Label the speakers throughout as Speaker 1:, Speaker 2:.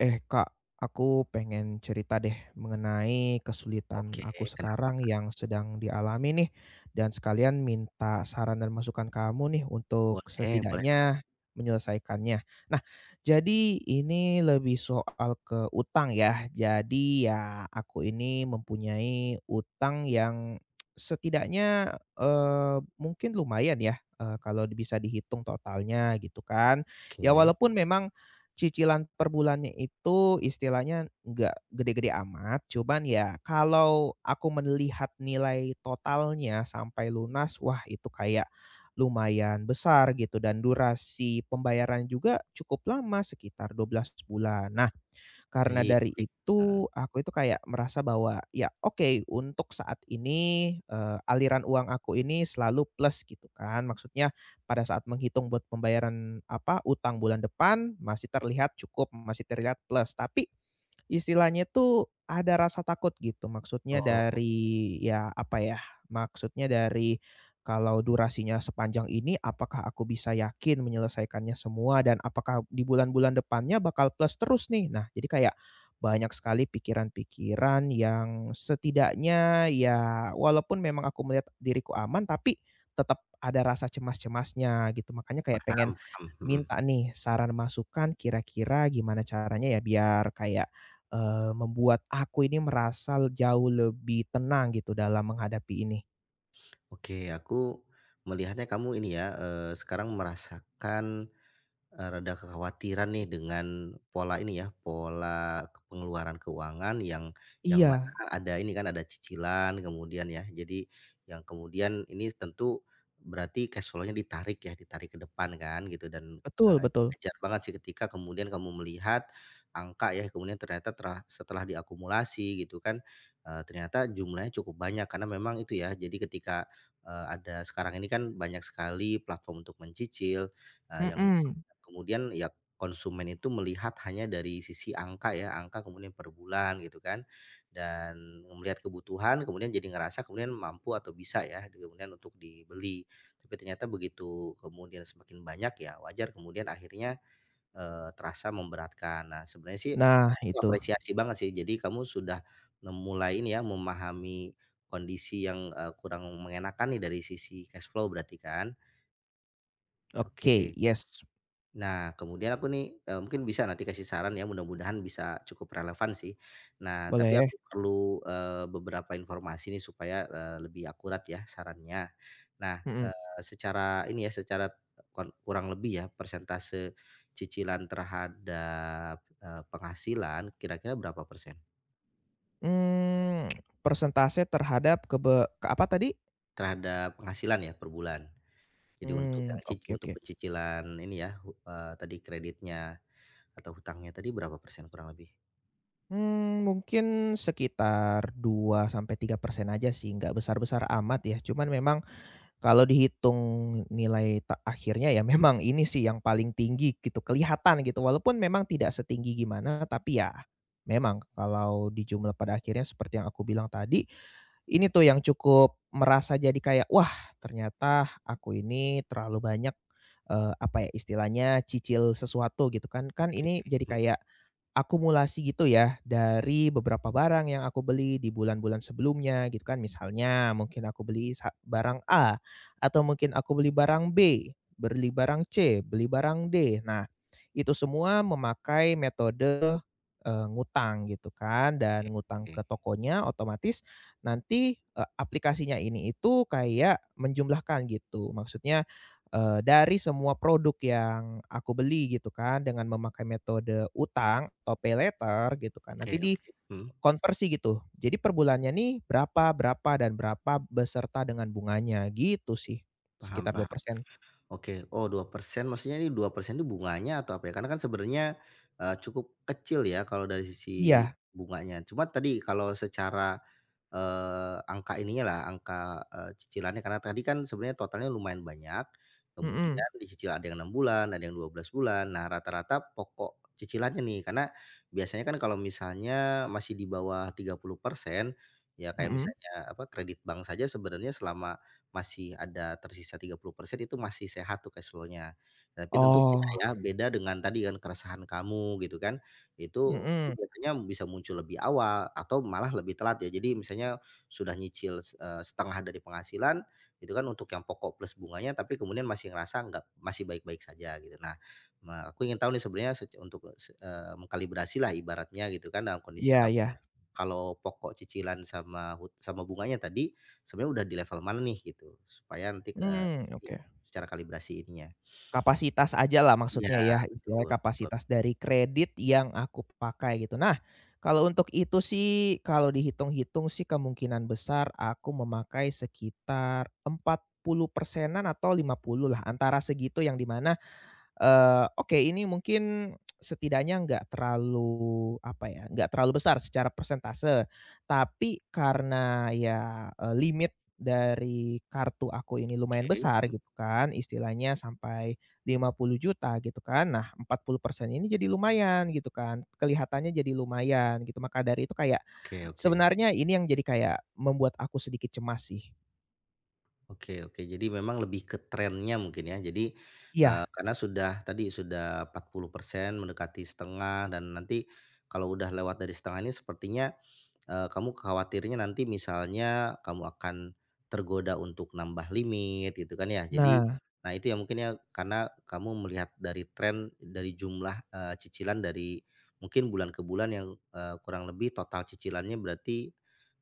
Speaker 1: Eh Kak, aku pengen cerita deh mengenai kesulitan
Speaker 2: Oke,
Speaker 1: aku
Speaker 2: kenapa?
Speaker 1: sekarang yang sedang dialami nih, dan sekalian minta saran dan masukan kamu nih untuk
Speaker 2: Boleh boleh banget.
Speaker 1: setidaknya menyelesaikannya. Nah, jadi ini lebih soal ke utang ya. Jadi ya aku ini mempunyai utang yang setidaknya, mungkin lumayan ya, kalau bisa dihitung totalnya gitu kan. Ya
Speaker 2: Oke,
Speaker 1: walaupun memang cicilan per bulannya itu istilahnya nggak gede-gede amat, cuman ya kalau aku melihat nilai totalnya sampai lunas, wah itu kayak lumayan besar gitu dan durasi pembayaran juga cukup lama, sekitar 12 bulan. Nah karena
Speaker 2: baik
Speaker 1: dari
Speaker 2: baik, heeh.
Speaker 1: itu, aku itu kayak merasa bahwa, ya oke untuk saat ini, aliran uang aku ini selalu plus gitu kan. Maksudnya pada saat menghitung buat pembayaran, apa, utang bulan depan masih terlihat cukup, masih terlihat plus. Tapi istilahnya tuh ada rasa takut gitu, maksudnya
Speaker 2: Oh,
Speaker 1: dari ya, apa ya, maksudnya dari kalau durasinya sepanjang ini apakah aku bisa yakin menyelesaikannya semua dan apakah di bulan-bulan depannya bakal plus terus nih? Nah, jadi kayak banyak sekali pikiran-pikiran yang setidaknya ya walaupun memang aku melihat diriku aman, tapi tetap ada rasa cemas-cemasnya gitu. Makanya kayak pengen
Speaker 2: paham paham, mhm.
Speaker 1: minta nih saran masukan kira-kira gimana caranya ya biar kayak membuat aku ini merasa jauh lebih tenang gitu dalam menghadapi ini.
Speaker 2: Oke, aku melihatnya kamu ini ya, sekarang merasakan rada kekhawatiran nih dengan pola ini ya, pengeluaran keuangan yang mana
Speaker 1: Iya,
Speaker 2: ada ini kan, ada cicilan kemudian ya. Jadi yang kemudian ini tentu berarti cash flow-nya ditarik ya, ditarik ke depan kan gitu dan,
Speaker 1: betul betul,
Speaker 2: wajar banget sih ketika kemudian kamu melihat angka ya, kemudian ternyata terah setelah diakumulasi gitu kan, ternyata jumlahnya cukup banyak karena memang itu ya, jadi ketika, ada sekarang ini kan banyak sekali platform untuk mencicil, yang
Speaker 1: mhm.
Speaker 2: kemudian ya konsumen itu melihat hanya dari sisi angka ya, angka kemudian per bulan gitu kan. Dan melihat kebutuhan kemudian jadi ngerasa kemudian mampu atau bisa ya kemudian untuk dibeli. Tapi ternyata begitu kemudian semakin banyak ya wajar kemudian akhirnya, terasa memberatkan. Nah sebenarnya sih
Speaker 1: Nah
Speaker 2: aku
Speaker 1: itu,
Speaker 2: apresiasi banget sih jadi kamu sudah memulai ini ya memahami kondisi yang, kurang mengenakan nih dari sisi cash flow berarti kan?
Speaker 1: oke,
Speaker 2: Oke.
Speaker 1: yes,
Speaker 2: Nah, kemudian aku nih, mungkin bisa nanti kasih saran ya, mudah-mudahan bisa cukup relevan sih. Nah, tapi
Speaker 1: boleh,
Speaker 2: aku perlu, beberapa informasi nih supaya, lebih akurat ya sarannya. Nah,
Speaker 1: mhm.
Speaker 2: secara ini ya, secara kurang lebih ya, persentase cicilan terhadap, penghasilan kira-kira berapa persen?
Speaker 1: Mmm, persentase terhadap ke apa tadi?
Speaker 2: Terhadap penghasilan ya, per bulan. Jadi untuk yang
Speaker 1: Oke
Speaker 2: untuk
Speaker 1: oke.
Speaker 2: pencicilan ini ya, tadi kreditnya atau hutangnya tadi berapa persen kurang lebih?
Speaker 1: Mungkin sekitar 2 sampai 3% aja sih, nggak besar-besar amat ya, cuman memang kalau dihitung nilai akhirnya ya memang ini sih yang paling tinggi gitu, kelihatan gitu, walaupun memang tidak setinggi gimana, tapi ya memang kalau di jumlah pada akhirnya seperti yang aku bilang tadi, ini tuh yang cukup merasa jadi kayak, "Wah ternyata aku ini terlalu banyak," apa ya istilahnya, cicil sesuatu gitu kan. Kan ini jadi kayak akumulasi gitu ya, dari beberapa barang yang aku beli di bulan-bulan sebelumnya gitu kan. Misalnya mungkin aku beli barang A, atau mungkin aku beli barang B, beli barang C, beli barang D. Nah, itu semua memakai metode, ngutang gitu kan, dan ngutang
Speaker 2: Oke.
Speaker 1: ke tokonya otomatis nanti, aplikasinya ini itu kayak menjumlahkan gitu. Maksudnya dari semua produk yang aku beli gitu kan, dengan memakai metode utang atau pay later gitu kan,
Speaker 2: Oke
Speaker 1: nanti di
Speaker 2: oke, mhm,
Speaker 1: konversi gitu. Jadi per bulannya nih berapa berapa dan berapa beserta dengan bunganya, gitu sih.
Speaker 2: paham
Speaker 1: Sekitar dua
Speaker 2: paham.
Speaker 1: persen
Speaker 2: Oke, oh 2% maksudnya ini 2% itu bunganya atau apa ya? Karena kan sebenarnya, cukup kecil ya kalau dari sisi
Speaker 1: Iya,
Speaker 2: bunganya. Cuma tadi kalau secara, angka ininya lah, angka, cicilannya karena tadi kan sebenarnya totalnya lumayan banyak,
Speaker 1: mhm
Speaker 2: kemudian dicicil ada yang 6 bulan, ada yang 12 bulan. Nah rata-rata pokok cicilannya nih, karena biasanya kan kalau misalnya masih di bawah 30% ya kayak
Speaker 1: mhm.
Speaker 2: misalnya apa, kredit bank saja sebenarnya selama masih ada tersisa 30% itu masih sehat tuh cash flow-nya. Tapi tentu beda
Speaker 1: Oh,
Speaker 2: ya, beda dengan tadi kan keresahan kamu gitu kan, itu
Speaker 1: mhm.
Speaker 2: biasanya bisa muncul lebih awal atau malah lebih telat ya. Jadi misalnya sudah nyicil, setengah dari penghasilan itu kan untuk yang pokok plus bunganya, tapi kemudian masih ngerasa nggak masih baik-baik saja gitu. Nah, aku ingin tahu nih sebenarnya untuk, ibaratnya gitu kan dalam kondisi
Speaker 1: Iya
Speaker 2: kamu
Speaker 1: iya.
Speaker 2: kalau pokok, cicilan, sama bunganya tadi, sebenarnya udah di level mana nih gitu, supaya nanti ke
Speaker 1: Mmm,
Speaker 2: iya,
Speaker 1: oke.
Speaker 2: secara kalibrasi ininya.
Speaker 1: Kapasitas aja lah maksudnya
Speaker 2: Ya,
Speaker 1: ya, istilahnya
Speaker 2: betul.
Speaker 1: kapasitas dari kredit yang aku pakai gitu. Nah, kalau untuk itu sih, kalau dihitung-hitung sih kemungkinan besar aku memakai sekitar 40 persenan atau 50 lah, antara segitu yang di mana oke ini mungkin setidaknya nggak terlalu, apa ya, nggak terlalu besar secara persentase, tapi karena ya, limit dari kartu aku ini lumayan
Speaker 2: Oke
Speaker 1: besar gitu kan, istilahnya sampai 50 juta, gitu kan. Nah 40% ini jadi lumayan gitu kan, kelihatannya jadi lumayan gitu. Maka dari itu kayak
Speaker 2: oke oke.
Speaker 1: sebenarnya ini yang jadi kayak membuat aku sedikit cemas sih.
Speaker 2: Oke oke, jadi memang lebih ke trennya mungkin ya. Jadi,
Speaker 1: Iya,
Speaker 2: karena sudah tadi, sudah 40% mendekati setengah dan nanti kalau udah lewat dari setengah ini sepertinya kamu khawatirnya nanti misalnya kamu akan tergoda untuk nambah limit gitu kan ya. Jadi
Speaker 1: nah
Speaker 2: nah itu ya mungkin ya karena kamu melihat dari tren dari jumlah, cicilan dari mungkin bulan ke bulan yang, kurang lebih total cicilannya berarti,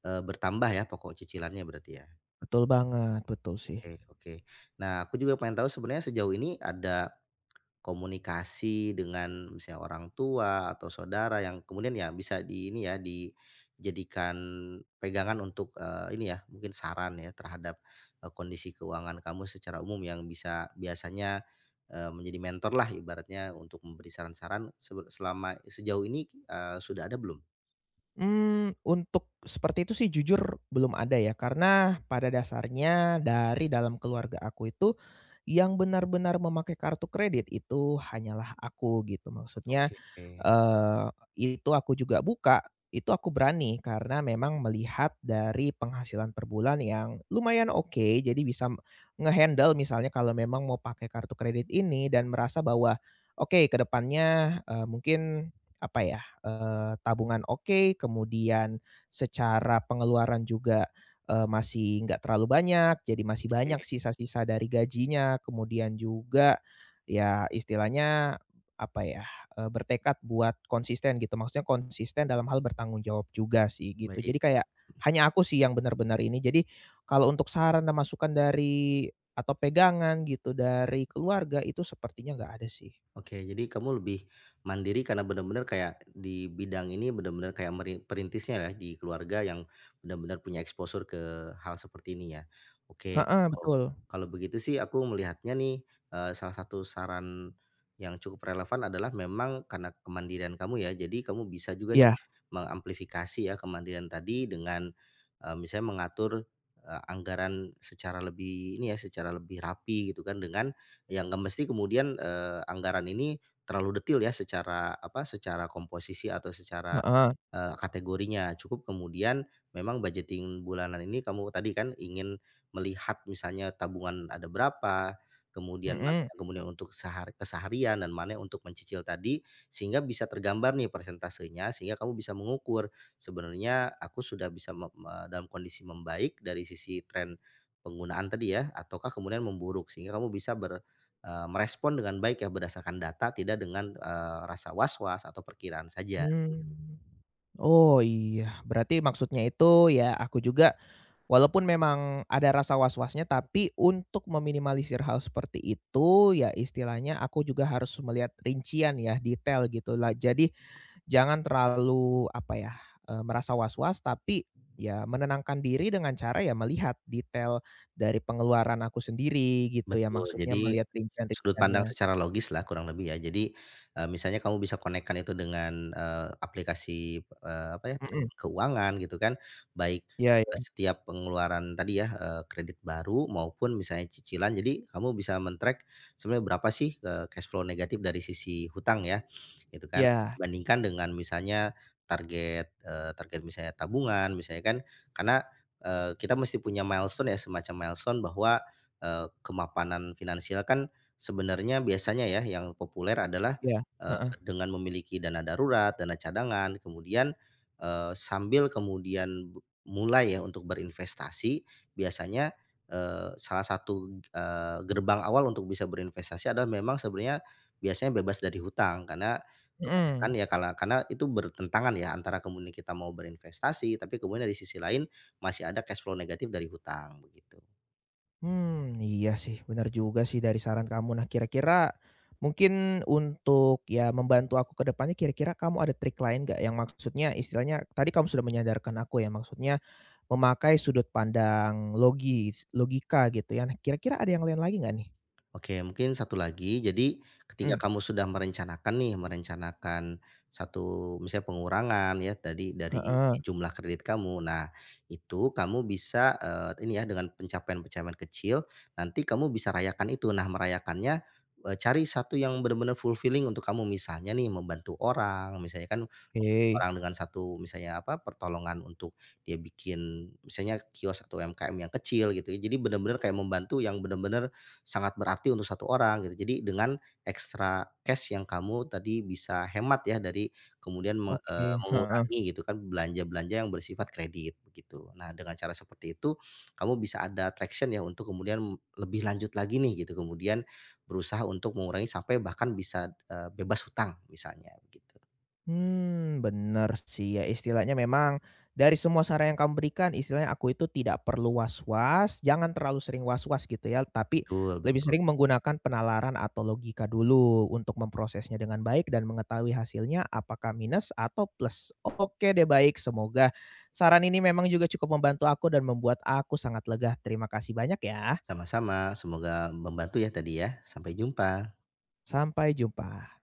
Speaker 2: bertambah ya pokok cicilannya berarti ya?
Speaker 1: betul banget, betul sih.
Speaker 2: Oke oke. Nah aku juga pengen tahu sebenarnya sejauh ini ada komunikasi dengan misalnya orang tua atau saudara yang kemudian ya bisa di ini ya, dijadikan pegangan untuk, ini ya, mungkin saran ya terhadap, kondisi keuangan kamu secara umum yang bisa biasanya, menjadi mentor lah ibaratnya untuk memberi saran-saran selama sejauh ini, sudah ada belum?
Speaker 1: Untuk seperti itu sih jujur belum ada ya, karena pada dasarnya dari dalam keluarga aku itu, yang benar-benar memakai kartu kredit itu hanyalah aku gitu. Maksudnya,
Speaker 2: Oke,
Speaker 1: eee, itu aku juga buka, itu aku berani karena memang melihat dari penghasilan per bulan yang lumayan oke, jadi bisa nge-handle misalnya kalau memang mau pakai kartu kredit ini dan merasa bahwa, oke ke depannya, mungkin apa ya, tabungan oke, kemudian secara pengeluaran juga, masih nggak terlalu banyak, jadi masih
Speaker 2: oke,
Speaker 1: banyak sisa-sisa dari gajinya. Kemudian juga, ya istilahnya, apa ya, bertekad buat konsisten gitu, maksudnya konsisten dalam hal bertanggung jawab juga sih, gitu.
Speaker 2: baik.
Speaker 1: Jadi kayak hanya aku sih yang benar-benar ini. Jadi kalau untuk saran dan masukan dari atau pegangan gitu dari keluarga itu sepertinya nggak ada sih.
Speaker 2: Oke, jadi kamu lebih mandiri karena benar-benar kayak di bidang ini benar-benar kayak perintisnya ya di keluarga yang benar-benar punya exposure ke hal seperti ini ya. Oke,
Speaker 1: Heeh,
Speaker 2: kalau
Speaker 1: betul.
Speaker 2: kalau begitu sih aku melihatnya nih salah satu saran yang cukup relevan adalah memang karena kemandirian kamu ya, jadi kamu bisa juga nih
Speaker 1: Iya,
Speaker 2: mengamplifikasi ya kemandirian tadi dengan misalnya mengatur anggaran secara lebih ini ya, secara lebih rapi gitu kan dengan yang nggak mesti kemudian, anggaran ini terlalu detil ya secara apa, secara komposisi atau secara,
Speaker 1: heeh,
Speaker 2: kategorinya. Cukup kemudian memang budgeting bulanan ini kamu tadi kan ingin melihat misalnya tabungan ada berapa, kemudian mana
Speaker 1: mhm.
Speaker 2: yang kemudian untuk sehari keseharian dan mana yang untuk mencicil tadi, sehingga bisa tergambar nih persentasenya, sehingga kamu bisa mengukur, "Sebenarnya aku sudah bisa me me dalam kondisi membaik dari sisi tren penggunaan tadi ya ataukah kemudian memburuk?" Sehingga kamu bisa merespon dengan baik ya berdasarkan data tidak dengan, rasa was-was atau perkiraan saja gitu.
Speaker 1: Mmm, oh iya, berarti maksudnya itu ya aku juga walaupun memang ada rasa was-wasnya, tapi untuk meminimalisir hal seperti itu, ya istilahnya aku juga harus melihat rincian ya, detail gitu lah. Jadi jangan terlalu apa ya, merasa was-was, tapi ya menenangkan diri dengan cara ya melihat detail dari pengeluaran aku sendiri gitu ya,
Speaker 2: Betul
Speaker 1: maksudnya
Speaker 2: jadi
Speaker 1: melihat
Speaker 2: sudut pandang
Speaker 1: rincian-rinciannya.
Speaker 2: secara logis lah kurang lebih ya jadi, misalnya kamu bisa konekkan itu dengan, aplikasi, apa ya
Speaker 1: Mhm,
Speaker 2: tracking keuangan gitu kan baik,
Speaker 1: iya iya,
Speaker 2: setiap pengeluaran tadi ya, kredit baru maupun misalnya cicilan jadi kamu bisa men-track sebenarnya berapa sih, cash flow negatif dari sisi hutang ya. Gitu kan.
Speaker 1: iya
Speaker 2: Dibandingkan dengan misalnya target, target misalnya tabungan, misalnya kan karena, kita mesti punya milestone ya, semacam milestone bahwa, kemapanan finansial kan sebenarnya biasanya ya yang populer adalah,
Speaker 1: iya, heeh,
Speaker 2: dengan memiliki dana darurat, dana cadangan, kemudian, sambil kemudian mulai ya untuk berinvestasi, biasanya, salah satu, gerbang awal untuk bisa berinvestasi adalah memang sebenarnya biasanya bebas dari hutang, karena kebanyakan
Speaker 1: mhm.
Speaker 2: ya karena itu bertentangan ya antara kemudian kita mau berinvestasi, tapi kemudian dari sisi lain masih ada cash flow negatif dari hutang, begitu.
Speaker 1: Hmm, iya sih, benar juga sih dari saran kamu. Nah, kira-kira mungkin untuk, ya membantu aku ke depannya, kira-kira kamu ada trik lain nggak? Yang maksudnya istilahnya tadi kamu sudah menyadarkan aku ya, maksudnya memakai sudut pandang logis logika gitu ya. Nah, kira-kira ada yang lain lagi nggak nih?
Speaker 2: Oke, mungkin satu lagi. Jadi ketika
Speaker 1: Hmm,
Speaker 2: kamu sudah merencanakan nih, merencanakan satu misalnya pengurangan ya tadi dari
Speaker 1: heeh,
Speaker 2: jumlah kredit kamu. Nah, itu kamu bisa ini ya dengan pencapaian-pencapaian kecil, nanti kamu bisa rayakan itu. Nah, merayakannya, cari satu yang benar-benar fulfilling untuk kamu. Misalnya nih membantu orang, misalnya kan membantu
Speaker 1: oke,
Speaker 2: orang dengan satu misalnya apa, pertolongan untuk dia bikin misalnya kios atau UMKM yang kecil gitu ya. Jadi benar-benar kayak membantu yang benar-benar sangat berarti untuk satu orang gitu. Jadi dengan ekstra cash yang kamu tadi bisa hemat ya dari kemudian
Speaker 1: oke, heeh.
Speaker 2: mengurangi gitu kan belanja-belanja yang bersifat kredit begitu. Nah dengan cara seperti itu kamu bisa ada traction ya untuk kemudian lebih lanjut lagi nih gitu, kemudian berusaha untuk mengurangi sampai bahkan bisa, bebas hutang misalnya begitu.
Speaker 1: Bener sih ya, istilahnya memang dari semua saran yang kamu berikan, istilahnya aku itu tidak perlu was-was, jangan terlalu sering was-was gitu ya, tapi
Speaker 2: Betul
Speaker 1: lebih
Speaker 2: betul,
Speaker 1: sering menggunakan penalaran atau logika dulu untuk memprosesnya dengan baik dan mengetahui hasilnya apakah minus atau plus. Oke deh baik, semoga saran ini memang juga cukup membantu aku dan membuat aku sangat lega. Terima kasih banyak ya.
Speaker 2: sama-sama semoga membantu ya tadi ya. Sampai jumpa.
Speaker 1: Sampai jumpa.